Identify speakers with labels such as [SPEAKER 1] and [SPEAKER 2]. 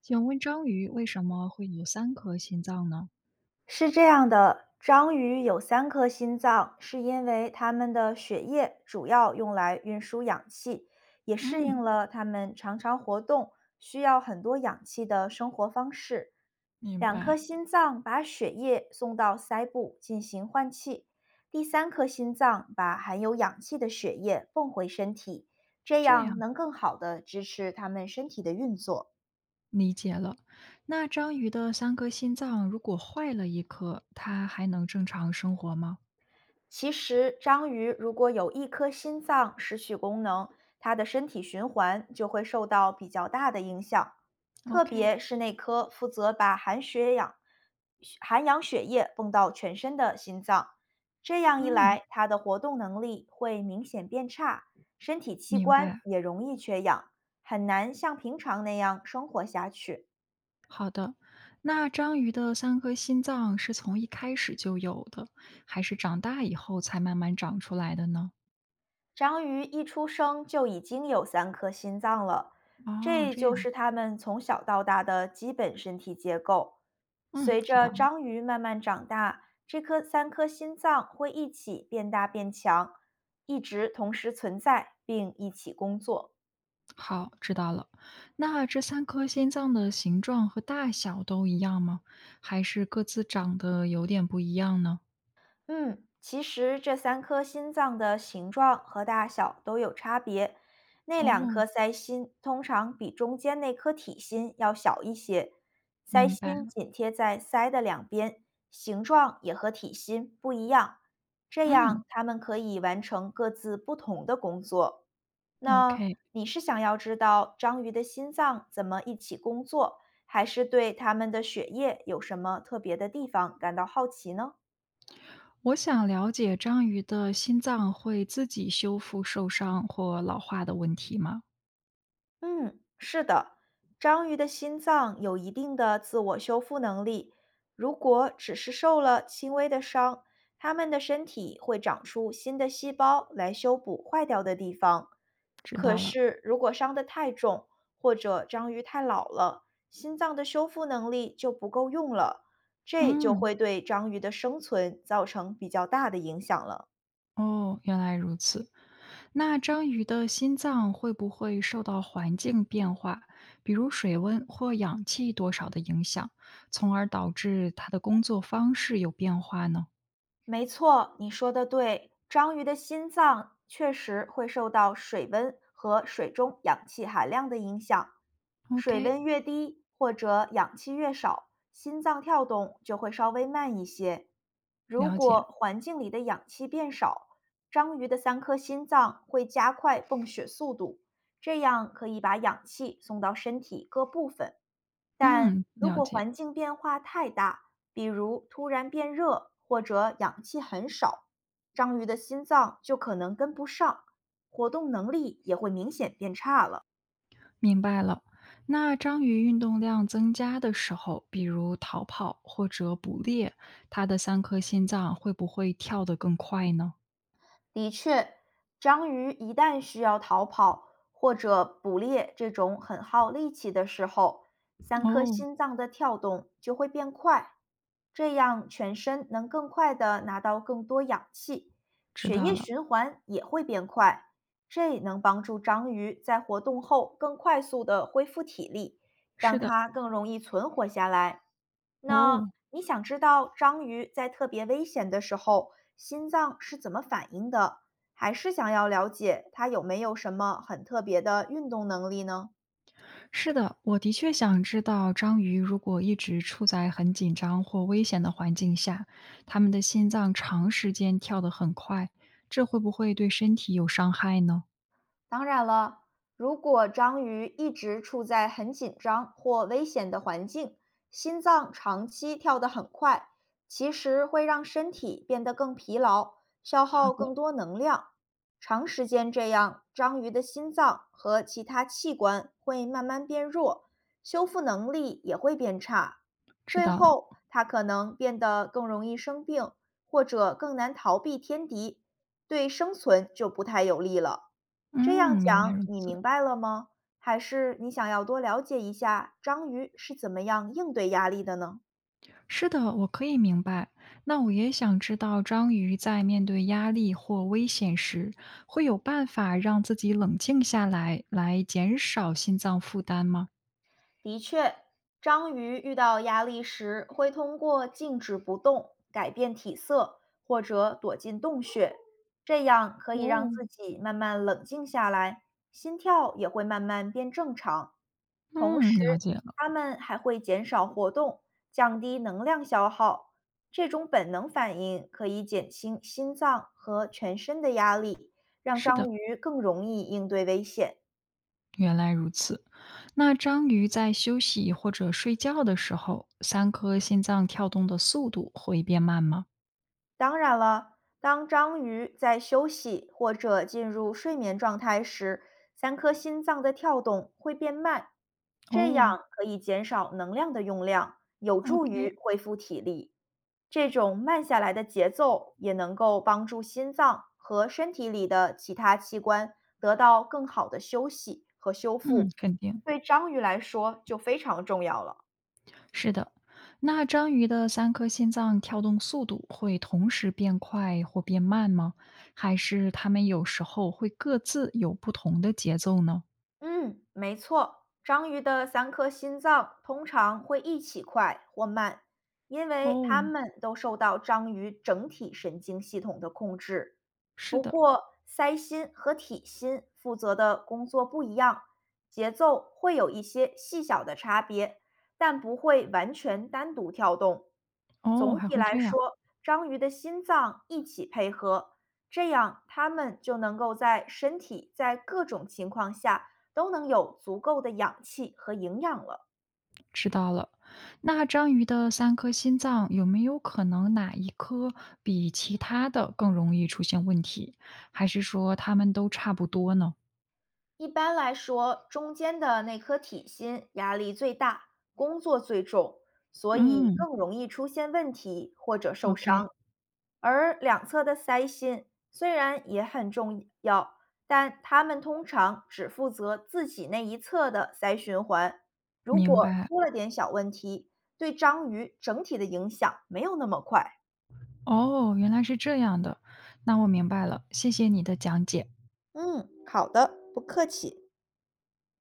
[SPEAKER 1] 请问章鱼为什么会有三颗心脏呢？
[SPEAKER 2] 是这样的，章鱼有三颗心脏，是因为它们的血液主要用来运输氧气，也适应
[SPEAKER 1] 嗯，
[SPEAKER 2] 了它们常常活动、需要很多氧气的生活方式。
[SPEAKER 1] 明
[SPEAKER 2] 两颗
[SPEAKER 1] 白，
[SPEAKER 2] 心脏把血液送到鳃部进行换气，第三颗心脏把含有氧气的血液泵回身体，这
[SPEAKER 1] 这
[SPEAKER 2] 样
[SPEAKER 1] 样
[SPEAKER 2] 能更好的支持它们身体的运作。
[SPEAKER 1] 理解了。那章鱼的三颗心脏如果坏了一颗，它还能正常生活吗
[SPEAKER 2] 其实，章鱼如果有一颗心脏失去功能，它的身体循环就会受到比较大的影响，特
[SPEAKER 1] ？OK，
[SPEAKER 2] 别是那颗负责把含血氧、含氧血液泵到全身的心脏。这样一
[SPEAKER 1] 嗯，
[SPEAKER 2] 来，它的活动能力会明显变差，身体器
[SPEAKER 1] 明
[SPEAKER 2] 官
[SPEAKER 1] 白。
[SPEAKER 2] 也容易缺氧，很难像平常那样生活下去。
[SPEAKER 1] 好的，那章鱼的三颗心脏是从一开始就有的，还是长大以后才慢慢长出来的呢？
[SPEAKER 2] 章鱼一出生就已经有三颗心脏了，
[SPEAKER 1] 哦，
[SPEAKER 2] 这
[SPEAKER 1] 这
[SPEAKER 2] 就
[SPEAKER 1] 样，
[SPEAKER 2] 是它们从小到大的基本身体结构。
[SPEAKER 1] 嗯，
[SPEAKER 2] 随
[SPEAKER 1] 知
[SPEAKER 2] 着
[SPEAKER 1] 道了。
[SPEAKER 2] 章鱼慢慢长大，这颗三颗心脏会一起变大变强，一直同时存在并一起工作。
[SPEAKER 1] 好，知道了。那这三颗心脏的形状和大小都一样吗？还是各自长得有点不一样呢？
[SPEAKER 2] 嗯，其实这三颗心脏的形状和大小都有差别。那两
[SPEAKER 1] 哦，
[SPEAKER 2] 颗腮心通常比中间那颗体心要小一些，腮
[SPEAKER 1] 明白
[SPEAKER 2] 心
[SPEAKER 1] 了。
[SPEAKER 2] 紧贴在腮的两边，形状也和体心不一样，这样
[SPEAKER 1] 嗯
[SPEAKER 2] 它们可以完成各自不同的工作。那
[SPEAKER 1] ，OK。
[SPEAKER 2] 你是想要知道章鱼的心脏怎么一起工作，还是对它们的血液有什么特别的地方感到好奇呢？
[SPEAKER 1] 我想了解章鱼的心脏会自己修复受伤或老化的问题吗？
[SPEAKER 2] 嗯，是的，章鱼的心脏有一定的自我修复能力，如果只是受了轻微的伤，它们的身体会长出新的细胞来修补坏掉的地方。
[SPEAKER 1] 知
[SPEAKER 2] 可
[SPEAKER 1] 道了。
[SPEAKER 2] 是，如果伤得太重，或者章鱼太老了，心脏的修复能力就不够用了，这就
[SPEAKER 1] 嗯，
[SPEAKER 2] 会对章鱼的生存造成比较大的影响了。
[SPEAKER 1] 哦，原来如此。那章鱼的心脏会不会受到环境变化，比如水温或氧气多少的影响，从而导致它的工作方式有变化呢
[SPEAKER 2] 没错，你说的对。章鱼的心脏确实会受到水温和水中氧气含量的影响。水
[SPEAKER 1] ？OK，
[SPEAKER 2] 温越低或者氧气越少，心脏跳动就会稍微慢一些。如
[SPEAKER 1] 了
[SPEAKER 2] 果
[SPEAKER 1] 解。
[SPEAKER 2] 环境里的氧气变少，章鱼的三颗心脏会加快泵血速度，这样可以把氧气送到身体各部分。但
[SPEAKER 1] 嗯，
[SPEAKER 2] 如
[SPEAKER 1] 了
[SPEAKER 2] 果
[SPEAKER 1] 解，
[SPEAKER 2] 环境变化太大，比如突然变热或者氧气很少，章鱼的心脏就可能跟不上，活动能力也会明显变差了。
[SPEAKER 1] 明白了。那章鱼运动量增加的时候，比如逃跑或者捕猎，它的三颗心脏会不会跳得更快呢？
[SPEAKER 2] 的确，章鱼一旦需要逃跑或者捕猎这种很耗力气的时候，三颗
[SPEAKER 1] 哦，
[SPEAKER 2] 心脏的跳动就会变快，这样全身能更快地拿到更多氧气，
[SPEAKER 1] 知
[SPEAKER 2] 血
[SPEAKER 1] 道
[SPEAKER 2] 液
[SPEAKER 1] 了。
[SPEAKER 2] 循环也会变快，这能帮助章鱼在活动后更快速地恢复体力，让
[SPEAKER 1] 是的。
[SPEAKER 2] 它更容易存活下来。那
[SPEAKER 1] 哦，
[SPEAKER 2] 你想知道章鱼在特别危险的时候心脏是怎么反应的，还是想要了解它有没有什么很特别的运动能力呢？
[SPEAKER 1] 是的，我的确想知道章鱼如果一直处在很紧张或危险的环境下，它们的心脏长时间跳得很快，这会不会对身体有伤害呢？
[SPEAKER 2] 当然了，如果章鱼一直处在很紧张或危险的环境，心脏长期跳得很快，其实会让身体变得更疲劳，消
[SPEAKER 1] 好
[SPEAKER 2] 耗更
[SPEAKER 1] 的，
[SPEAKER 2] 多能量。长时间这样，章鱼的心脏和其他器官会慢慢变弱，修复能力也会变差。
[SPEAKER 1] 知
[SPEAKER 2] 最
[SPEAKER 1] 道了。
[SPEAKER 2] 后，它可能变得更容易生病，或者更难逃避天敌，对生存就不太有利了。这样
[SPEAKER 1] 嗯，原来
[SPEAKER 2] 讲
[SPEAKER 1] 如
[SPEAKER 2] 你
[SPEAKER 1] 此。
[SPEAKER 2] 明白了吗？还是你想要多了解一下章鱼是怎么样应对压力的呢？
[SPEAKER 1] 是的，我可以明白。那我也想知道，章鱼在面对压力或危险时，会有办法让自己冷静下来，来减少心脏负担吗？
[SPEAKER 2] 的确，章鱼遇到压力时会通过静止不动、改变体色或者躲进洞穴，这样可以让
[SPEAKER 1] 哦，
[SPEAKER 2] 自己慢慢冷静下来，心跳也会慢慢变正常。同
[SPEAKER 1] 嗯，
[SPEAKER 2] 时，
[SPEAKER 1] 了解了。
[SPEAKER 2] 它们还会减少活动，降低能量消耗。这种本能反应可以减轻心脏和全身的压力，让
[SPEAKER 1] 是的。
[SPEAKER 2] 章鱼更容易应对危险。
[SPEAKER 1] 原来如此，那章鱼在休息或者睡觉的时候，三颗心脏跳动的速度会变慢吗？
[SPEAKER 2] 当然了，当章鱼在休息或者进入睡眠状态时，三颗心脏的跳动会变慢，这样
[SPEAKER 1] 哦
[SPEAKER 2] 可以减少能量的用量，有助
[SPEAKER 1] ，OK，
[SPEAKER 2] 于恢复体力。这种慢下来的节奏也能够帮助心脏和身体里的其他器官得到更好的休息和修复，
[SPEAKER 1] 嗯，肯定
[SPEAKER 2] 对章鱼来说就非常重要了。
[SPEAKER 1] 是的。那章鱼的三颗心脏跳动速度会同时变快或变慢吗？还是它们有时候会各自有不同的节奏呢？
[SPEAKER 2] 嗯，没错，章鱼的三颗心脏通常会一起快或慢，因为它
[SPEAKER 1] 哦，
[SPEAKER 2] 们都受到章鱼整体神经系统的控制。
[SPEAKER 1] 是
[SPEAKER 2] 不
[SPEAKER 1] 的，
[SPEAKER 2] 过，鳃心和体心负责的工作不一样，节奏会有一些细小的差别，但不会完全单独跳动。
[SPEAKER 1] 哦，
[SPEAKER 2] 总
[SPEAKER 1] 还
[SPEAKER 2] 体
[SPEAKER 1] 会
[SPEAKER 2] 来
[SPEAKER 1] 这样。
[SPEAKER 2] 说，章鱼的心脏一起配合，这样它们就能够在身体在各种情况下。都能有足够的氧气和营养了。
[SPEAKER 1] 知道了。那章鱼的三颗心脏有没有可能哪一颗比其他的更容易出现问题？还是说它们都差不多呢？
[SPEAKER 2] 一般来说，中间的那颗体心压力最大，工作最重，所以
[SPEAKER 1] 嗯
[SPEAKER 2] 更容易出现问题或者受
[SPEAKER 1] ，OK，
[SPEAKER 2] 伤。而两侧的腮心虽然也很重要，但它们通常只负责自己那一侧的腮循环。如
[SPEAKER 1] 明
[SPEAKER 2] 果
[SPEAKER 1] 白。
[SPEAKER 2] 出了点小问题，对章鱼整体的影响没有那么快。
[SPEAKER 1] 哦，原来是这样的，那我明白了，谢谢你的讲解。
[SPEAKER 2] 嗯，好的，不客气。